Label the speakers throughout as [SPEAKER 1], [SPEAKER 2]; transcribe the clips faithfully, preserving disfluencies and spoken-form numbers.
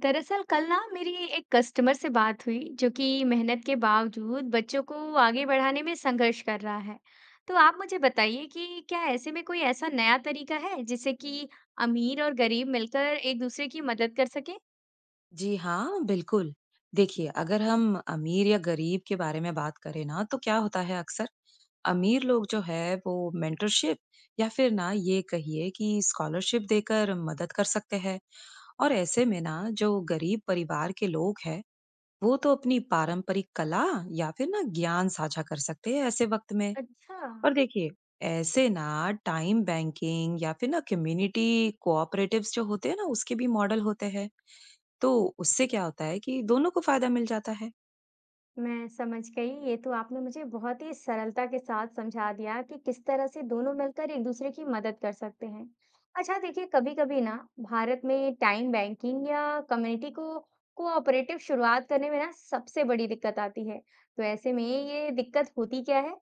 [SPEAKER 1] दरअसल कल ना मेरी एक कस्टमर से बात हुई जो कि मेहनत के बावजूद बच्चों को आगे बढ़ाने में संघर्ष कर रहा है। तो आप मुझे बताइए कि क्या ऐसे में कोई ऐसा नया तरीका है जिससे कि अमीर और गरीब मिलकर एक दूसरे की मदद कर सके?
[SPEAKER 2] जी हाँ, बिल्कुल। देखिए, अगर हम अमीर या गरीब के बारे में बात करें ना, तो क्या होता है अक्सर, अमीर लोग जो है वो मेंटरशिप या फिर ना ये कहिए कि स्कॉलरशिप देकर मदद कर सकते हैं और ऐसे में ना जो गरीब परिवार के लोग हैं, वो तो अपनी पारंपरिक कला या फिर ना ज्ञान साझा कर सकते हैं ऐसे वक़्त में।
[SPEAKER 1] अच्छा,
[SPEAKER 2] और देखिए, ऐसे ना टाइम बैंकिंग या फिर ना कम्युनिटी कोऑपरेटिव्स जो होते हैं ना, उसके भी मॉडल होते हैं। तो उससे क्या होता है कि दोनों को फायदा मिल जाता है।
[SPEAKER 1] मैं समझ गई, ये तो आपने मुझे बहुत ही सरलता के साथ समझा दिया कि किस तरह से दोनों मिलकर एक दूसरे की मदद कर सकते हैं। अच्छा देखिए, कभी कभी ना भारत में टाइम बैंकिंग या कम्युनिटी को कोऑपरेटिव शुरुआत करने में ना सबसे बड़ी दिक्कत आती है, तो ऐसे में ये दिक्कत होती क्या है?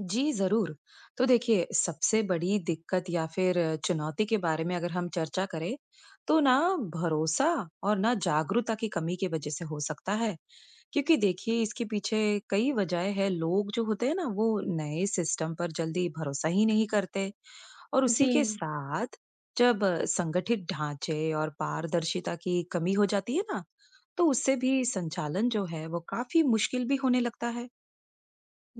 [SPEAKER 2] जी, ज़रूर। तो देखिए, सबसे बड़ी दिक्कत या फिर चुनौती के बारे में अगर हम चर्चा करें, तो ना भरोसा और ना जागरूकता की कमी की वजह से हो सकता है। क्योंकि देखिए, इसके पीछे कई वजहें हैं। लोग जो होते हैं ना, वो नए सिस्टम पर जल्दी भरोसा ही नहीं करते और उसी के
[SPEAKER 1] जी,
[SPEAKER 2] साथ जब अ, संगठित ढांचे और पारदर्शिता की कमी हो जाती है ना, तो उससे भी संचालन जो है वो काफी मुश्किल भी होने लगता है।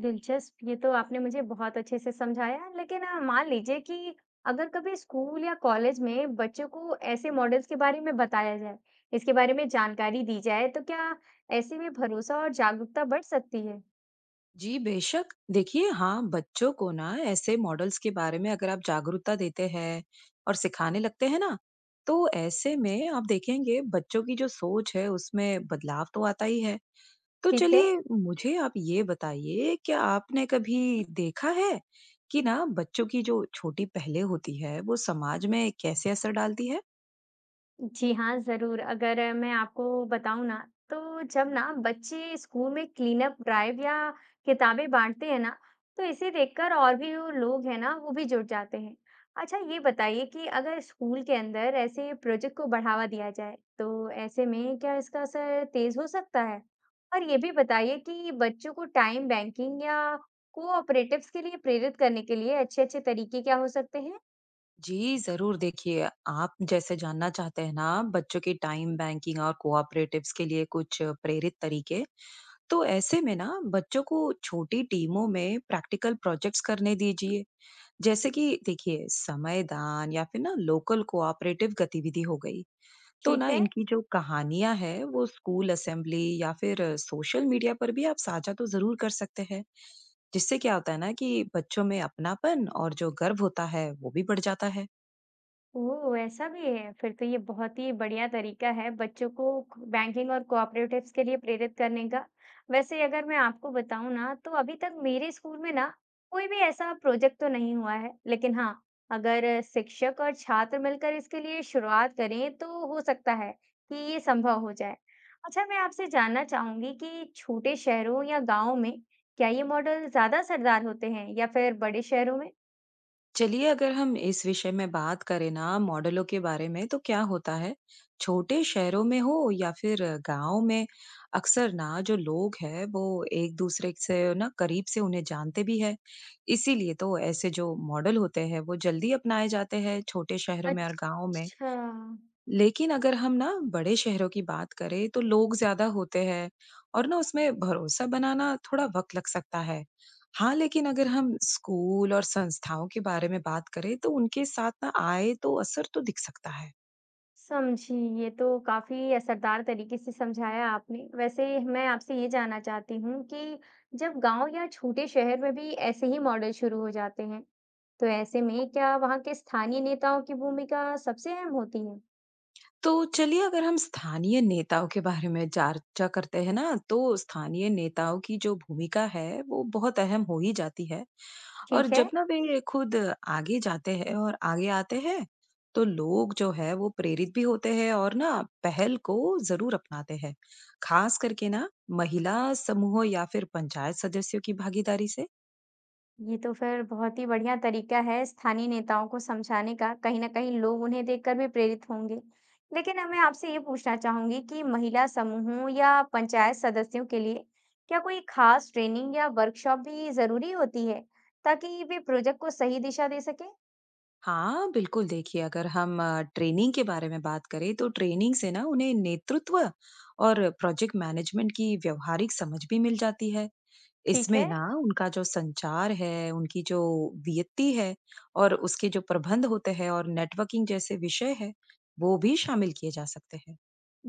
[SPEAKER 1] दिलचस्प, ये तो आपने मुझे बहुत अच्छे से समझाया। लेकिन अ, मान लीजिए कि अगर कभी स्कूल या कॉलेज में बच्चों को ऐसे मॉडल्स के बारे में बताया जाए, इसके बारे में जानकारी दी जाए, तो क्या ऐसे में भरोसा और जागरूकता बढ़ सकती है?
[SPEAKER 2] जी बेशक, देखिए हाँ, बच्चों को ना ऐसे मॉडल्स के बारे में अगर आप जागरूकता देते हैं और सिखाने लगते हैं ना, तो ऐसे में आप देखेंगे बच्चों की जो सोच है उसमें बदलाव तो आता ही है। तो
[SPEAKER 1] ठीक है।
[SPEAKER 2] चलिए मुझे आप ये बताइए क्या आपने कभी देखा है कि ना बच्चों की जो छोटी पहले होती है वो समाज में कैसे असर डालती है?
[SPEAKER 1] जी हाँ, ज़रूर। अगर मैं आपको बताऊँ ना, तो जब ना बच्चे स्कूल में क्लीन अप ड्राइव या किताबें बाँटते हैं ना, तो इसे देखकर और भी जो लोग हैं ना, वो भी जुड़ जाते हैं। अच्छा, ये बताइए कि अगर स्कूल के अंदर ऐसे प्रोजेक्ट को बढ़ावा दिया जाए, तो ऐसे में क्या इसका असर तेज़ हो सकता है? और ये भी बताइए कि बच्चों को टाइम बैंकिंग या कोऑपरेटिव्स के लिए प्रेरित करने के लिए अच्छे-अच्छे तरीके क्या हो सकते हैं?
[SPEAKER 2] जी, ज़रूर देखिए आप जैसे जानना चाहते हैं ना बच्चों की टाइम बैंकिंग और कोऑपरेटिव्स के लिए कुछ प्रेरित तरीके, तो ऐसे में ना बच्चों को छोटी टीमों में प्रैक्टिकल प्रोजेक्ट्स करने दीजिए। जैसे कि देखिए समय दान या फिर ना लोकल कोऑपरेटिव गतिविधि हो गई तो
[SPEAKER 1] ठीक
[SPEAKER 2] ना
[SPEAKER 1] है।
[SPEAKER 2] इनकी जो कहानियां है वो स्कूल असेंबली या फिर सोशल मीडिया पर भी आप साझा तो जरूर कर सकते हैं जिससे क्या होता है ना कि बच्चों में अपनापन और जो गर्व होता है वो भी बढ़ जाता है।
[SPEAKER 1] ओह! ऐसा भी है। फिर तो ये बहुत ही बढ़िया तरीका है बच्चों को क बैंकिंग और कोऑपरेटिव्स के लिए प्रेरित करने का। वैसे अगर मैं आपको बताऊँ ना, तो अभी तक मेरे स्कूल में ना कोई भी ऐसा प्रोजेक्ट तो नहीं हुआ है। लेकिन हाँ, अगर शिक्षक और छात्र मिलकर इसके लिए शुरुआत करें, तो हो सकता है कि ये संभव हो जाए। अच्छा, मैं आपसे जानना चाहूँगी कि छोटे शहरों या गाँव में क्या ये मॉडल ज़्यादा असरदार होते हैं या फिर बड़े शहरों में?
[SPEAKER 2] चलिए अगर हम इस विषय में बात करें ना मॉडलों के बारे में तो क्या होता है छोटे शहरों में हो या फिर गांव में अक्सर ना जो लोग हैं वो एक दूसरे से ना करीब से उन्हें जानते भी है इसीलिए तो ऐसे जो मॉडल होते हैं वो जल्दी अपनाए जाते हैं छोटे शहरों में
[SPEAKER 1] अच्छ
[SPEAKER 2] और गांव में।
[SPEAKER 1] अच्छा।
[SPEAKER 2] लेकिन अगर हम ना बड़े शहरों की बात करें तो लोग ज्यादा होते हैं और ना उसमें भरोसा बनाना थोड़ा वक्त लग सकता है। हाँ लेकिन अगर हम स्कूल और संस्थाओं के बारे में बात करें तो उनके साथ ना आए तो असर तो दिख सकता है।
[SPEAKER 1] समझी। ये तो काफ़ी असरदार तरीके से समझाया आपने। वैसे मैं आपसे ये जानना चाहती हूँ कि जब गाँव या छोटे शहर में भी ऐसे ही मॉडल शुरू हो जाते हैं, तो ऐसे में क्या वहाँ के स्थानीय नेताओं की भूमिका सबसे अहम होती है?
[SPEAKER 2] तो चलिए अगर हम स्थानीय नेताओं के बारे में चर्चा करते हैं ना तो स्थानीय नेताओं की जो भूमिका है वो बहुत अहम हो ही जाती है। और
[SPEAKER 1] ठीक है।
[SPEAKER 2] जब ना वे खुद आगे जाते हैं और आगे आते हैं तो लोग जो है वो प्रेरित भी होते हैं और ना पहल को जरूर अपनाते हैं खास करके ना महिला समूह या फिर पंचायत सदस्यों की भागीदारी से।
[SPEAKER 1] ये तो फिर बहुत ही बढ़िया तरीका है स्थानीय नेताओं को समझाने का, कहीं ना कहीं लोग उन्हें देखकर भी प्रेरित होंगे। लेकिन अब मैं आपसे ये पूछना चाहूंगी कि महिला समूहों या पंचायत सदस्यों के लिए क्या कोई खास ट्रेनिंग या वर्कशॉप भी जरूरी होती है, ताकि वे प्रोजेक्ट को सही दिशा दे सके?
[SPEAKER 2] हाँ, बिल्कुल देखिए अगर हम अ, ट्रेनिंग के बारे में बात करें तो ट्रेनिंग से ना उन्हें नेतृत्व और प्रोजेक्ट मैनेजमेंट की व्यावहारिक समझ भी मिल जाती है।
[SPEAKER 1] ठीक
[SPEAKER 2] इसमें
[SPEAKER 1] है।
[SPEAKER 2] ना उनका जो संचार है, उनकी जो वित्तीय है और उसके जो प्रबंध होते हैं और नेटवर्किंग जैसे विषय है, वो भी शामिल किए जा सकते हैं।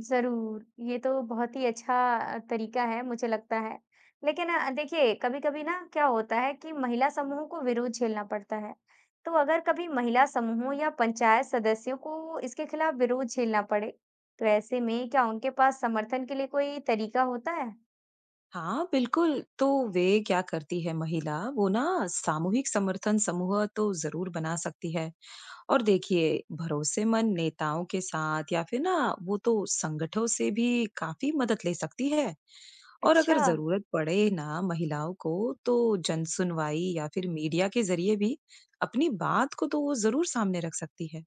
[SPEAKER 1] ज़रूर, ये तो बहुत ही अच्छा अ, तरीका है, मुझे लगता है। लेकिन अ, देखिए कभी-कभी ना क्या होता है कि महिला समूह को विरोध झेलना पड़ता है। तो अगर कभी महिला समूह या पंचायत सदस्यों को इसके खिलाफ विरोध झेलना पड़े, तो ऐसे में क्या उनके पास समर्थन के लिए कोई तरीका होता है?
[SPEAKER 2] हाँ, बिल्कुल। तो वे क्या करती है महिला, वो ना सामूहिक समर्थन समूह तो ज़रूर बना सकती है। और देखिए, भरोसेमंद नेताओं के साथ या फिर ना वो तो संगठनों से भी काफ़ी मदद ले सकती है। और अगर
[SPEAKER 1] अच्छा।
[SPEAKER 2] ज़रूरत पड़े ना महिलाओं को तो जनसुनवाई या फिर मीडिया के ज़रिए भी अपनी बात को तो वो ज़रूर सामने रख सकती है।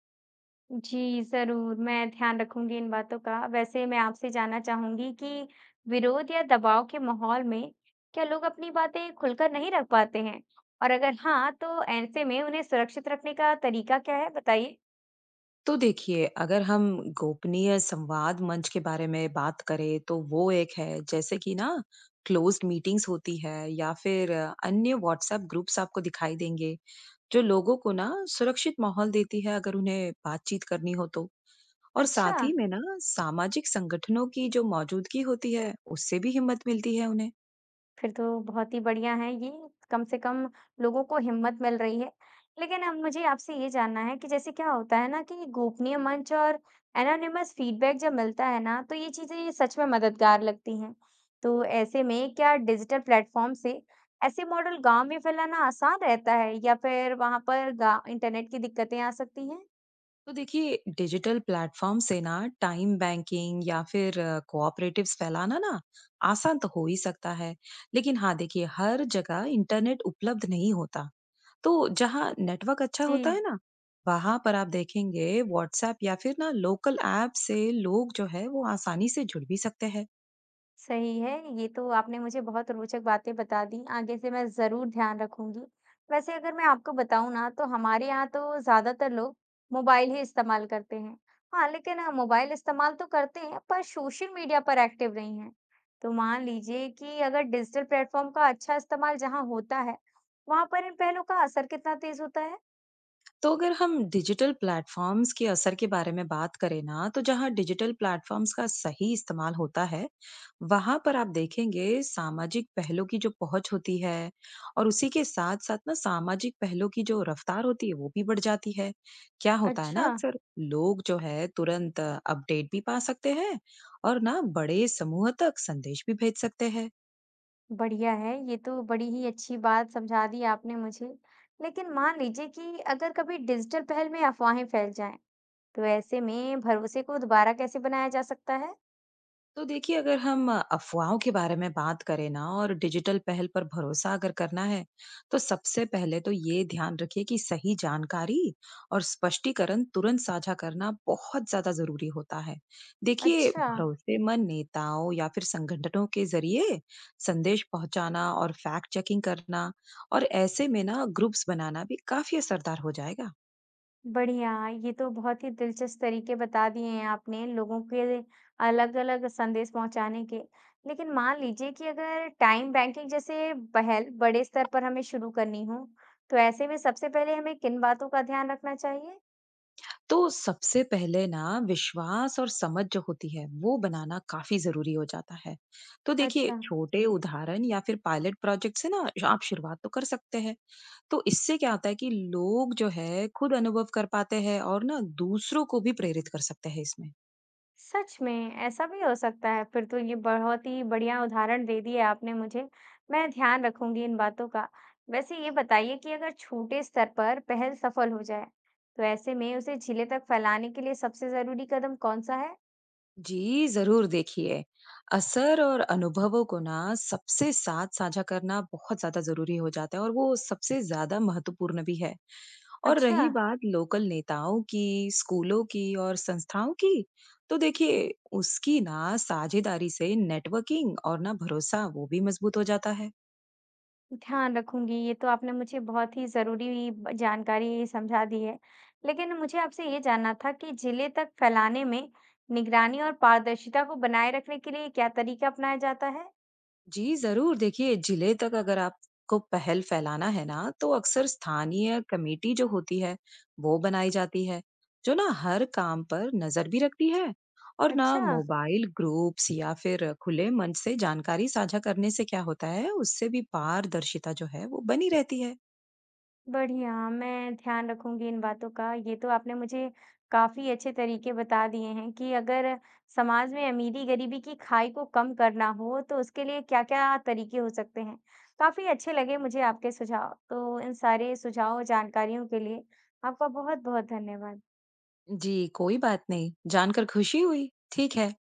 [SPEAKER 1] जी, ज़रूर, मैं ध्यान रखूँगी इन बातों का। वैसे मैं आपसे जानना चाहूँगी कि विरोध या दबाव के माहौल में क्या लोग अपनी बातें खुलकर नहीं रख पाते हैं? और अगर हाँ, तो ऐसे में उन्हें सुरक्षित रखने का तरीका क्या है? बताइए।
[SPEAKER 2] तो देखिए, अगर हम गोपनीय संवाद मंच के बारे में बात करें तो वो एक है, जैसे कि ना क्लोज्ड मीटिंग्स होती है या फिर अ, अन्य व्हाट्सएप ग्रुप्स आपको दिखाई देंगे, जो लोगों को ना सुरक्षित माहौल देती है अगर उन्हें बातचीत करनी हो तो। और
[SPEAKER 1] अच्छा।
[SPEAKER 2] साथ ही में ना सामाजिक संगठनों की जो मौजूदगी होती है, उससे भी हिम्मत मिलती है उन्हें।
[SPEAKER 1] फिर तो बहुत ही बढ़िया है ये, कम से कम लोगों को हिम्मत मिल रही है। लेकिन अब मुझे आपसे ये जानना है कि जैसे क्या होता है ना कि गोपनीय मंच और एनोनिमस फीडबैक जब मिलता है ना, तो ये चीज़ें सच में मददगार लगती हैं। तो ऐसे में क्या डिजिटल प्लेटफ़ॉर्म से ऐसे मॉडल गाँव में फैलाना आसान रहता है या फिर वहाँ पर गा इंटरनेट की दिक्कतें आ सकती हैं?
[SPEAKER 2] तो देखिए डिजिटल प्लेटफॉर्म से ना टाइम बैंकिंग या फिर कोऑपरेटिव्स फैलाना ना आसान तो हो ही सकता है। लेकिन हाँ देखिए हर जगह इंटरनेट उपलब्ध नहीं होता तो जहाँ नेटवर्क अच्छा
[SPEAKER 1] जी।
[SPEAKER 2] होता है ना वहां पर आप देखेंगे व्हाट्सएप या फिर ना लोकल ऐप से लोग जो है वो आसानी से जुड़ भी सकते हैं।
[SPEAKER 1] सही है, ये तो आपने मुझे बहुत रोचक बातें बता दी, आगे से मैं ज़रूर ध्यान रखूँगी। वैसे अगर मैं आपको बताऊँ ना, तो हमारे यहाँ तो ज़्यादातर लोग मोबाइल ही इस्तेमाल करते हैं। हाँ, लेकिन हाँ, मोबाइल इस्तेमाल तो करते हैं पर सोशल मीडिया पर एक्टिव नहीं हैं। तो मान लीजिए कि अगर डिजिटल प्लेटफ़ॉर्म का अच्छा इस्तेमाल जहाँ होता है, वहाँ पर इन पहलों का असर कितना तेज़ होता है?
[SPEAKER 2] तो अगर हम डिजिटल प्लेटफॉर्म्स के असर के बारे में बात करें ना तो जहाँ डिजिटल प्लेटफॉर्म्स का सही इस्तेमाल होता है वहां पर आप देखेंगे सामाजिक पहलों की जो पहुंच होती है और उसी के साथ साथ ना सामाजिक पहलों की जो रफ्तार होती है वो भी बढ़ जाती है। क्या होता है ना
[SPEAKER 1] अच्छा।
[SPEAKER 2] अक्सर लोग जो है तुरंत अपडेट भी पा सकते हैं और ना बड़े समूह तक संदेश भी भेज सकते हैं।
[SPEAKER 1] बढ़िया है, ये तो बड़ी ही अच्छी बात समझा दी आपने मुझे। लेकिन मान लीजिए कि अगर कभी डिजिटल पहल में अफवाहें फैल जाएं, तो ऐसे में भरोसे को दोबारा कैसे बनाया जा सकता है?
[SPEAKER 2] तो देखिए, अगर हम अफ़वाहों के बारे में बात करें ना और डिजिटल पहल पर भरोसा अगर करना है, तो सबसे पहले तो ये ध्यान रखिए कि सही जानकारी और स्पष्टीकरण तुरंत साझा करना बहुत ज़्यादा ज़रूरी होता है। देखिए,
[SPEAKER 1] अच्छा,
[SPEAKER 2] भरोसेमंद नेताओं या फिर संगठनों के ज़रिए संदेश पहुंचाना और फैक्ट चेकिंग करना और ऐसे में ना ग्रुप्स बनाना भी काफ़ी असरदार हो जाएगा।
[SPEAKER 1] बढ़िया, ये तो बहुत ही दिलचस्प तरीके बता दिए हैं आपने लोगों के अलग-अलग संदेश पहुंचाने के। लेकिन मान लीजिए कि अगर टाइम बैंकिंग जैसे पहल बड़े स्तर पर हमें शुरू करनी हो, तो ऐसे में सबसे पहले हमें किन बातों का ध्यान रखना चाहिए?
[SPEAKER 2] तो सबसे पहले ना विश्वास और समझ जो होती है वो बनाना काफी जरूरी हो जाता है। तो देखिए
[SPEAKER 1] अच्छा,
[SPEAKER 2] छोटे उदाहरण या फिर पायलट प्रोजेक्ट से ना आप शुरुआत तो कर सकते हैं। तो इससे क्या होता है कि लोग जो है खुद अनुभव कर पाते हैं और ना दूसरों को भी प्रेरित कर सकते हैं इसमें।
[SPEAKER 1] सच में ऐसा भी हो सकता है। फिर तो ये बहुत ही बढ़िया उदाहरण दे दिए आपने मुझे, मैं ध्यान रखूंगी इन बातों का। वैसे ये बताइए कि अगर छोटे स्तर पर पहल सफल हो जाए, तो ऐसे में उसे जिले तक फैलाने के लिए सबसे जरूरी कदम कौन सा है?
[SPEAKER 2] जी जरूर देखिए असर और अनुभवों को ना सबसे साथ साझा करना बहुत ज्यादा जरूरी हो जाता है और वो सबसे ज्यादा महत्वपूर्ण भी है। और
[SPEAKER 1] अच्छा,
[SPEAKER 2] रही बात लोकल नेताओं की, स्कूलों की और संस्थाओं की, तो देखिए उसकी ना साझेदारी से नेटवर्किंग और ना भरोसा वो भी मजबूत हो जाता है।
[SPEAKER 1] ध्यान रखूंगी, ये तो आपने मुझे बहुत ही जरूरी ब- जानकारी समझा दी है। लेकिन मुझे आपसे ये जानना था कि जिले तक फैलाने में निगरानी और पारदर्शिता को बनाए रखने के लिए क्या तरीका अपनाया जाता है?
[SPEAKER 2] जी जरूर देखिए जिले तक अगर आपको पहल फैलाना है ना तो अक्सर स्थानीय कमेटी जो होती है वो बनाई जाती है जो ना हर काम पर नजर भी रखती है और ना
[SPEAKER 1] अच्छा,
[SPEAKER 2] मोबाइल ग्रुप्स या फिर खुले मंच से जानकारी साझा करने से क्या होता है उससे भी पारदर्शिता जो है वो बनी रहती है।
[SPEAKER 1] बढ़िया, मैं ध्यान रखूँगी इन बातों का। ये तो आपने मुझे काफ़ी अच्छे तरीके बता दिए हैं कि अगर समाज में अमीरी-गरीबी की खाई को कम करना हो, तो उसके लिए क्या-क्या तरीके हो सकते हैं। काफ़ी अच्छे लगे मुझे आपके सुझाव। तो इन सारे सुझाव और जानकारियों के लिए आपका बहुत-बहुत धन्यवाद।
[SPEAKER 2] जी, कोई बात नहीं। जानकर खुशी हुई। ठीक है,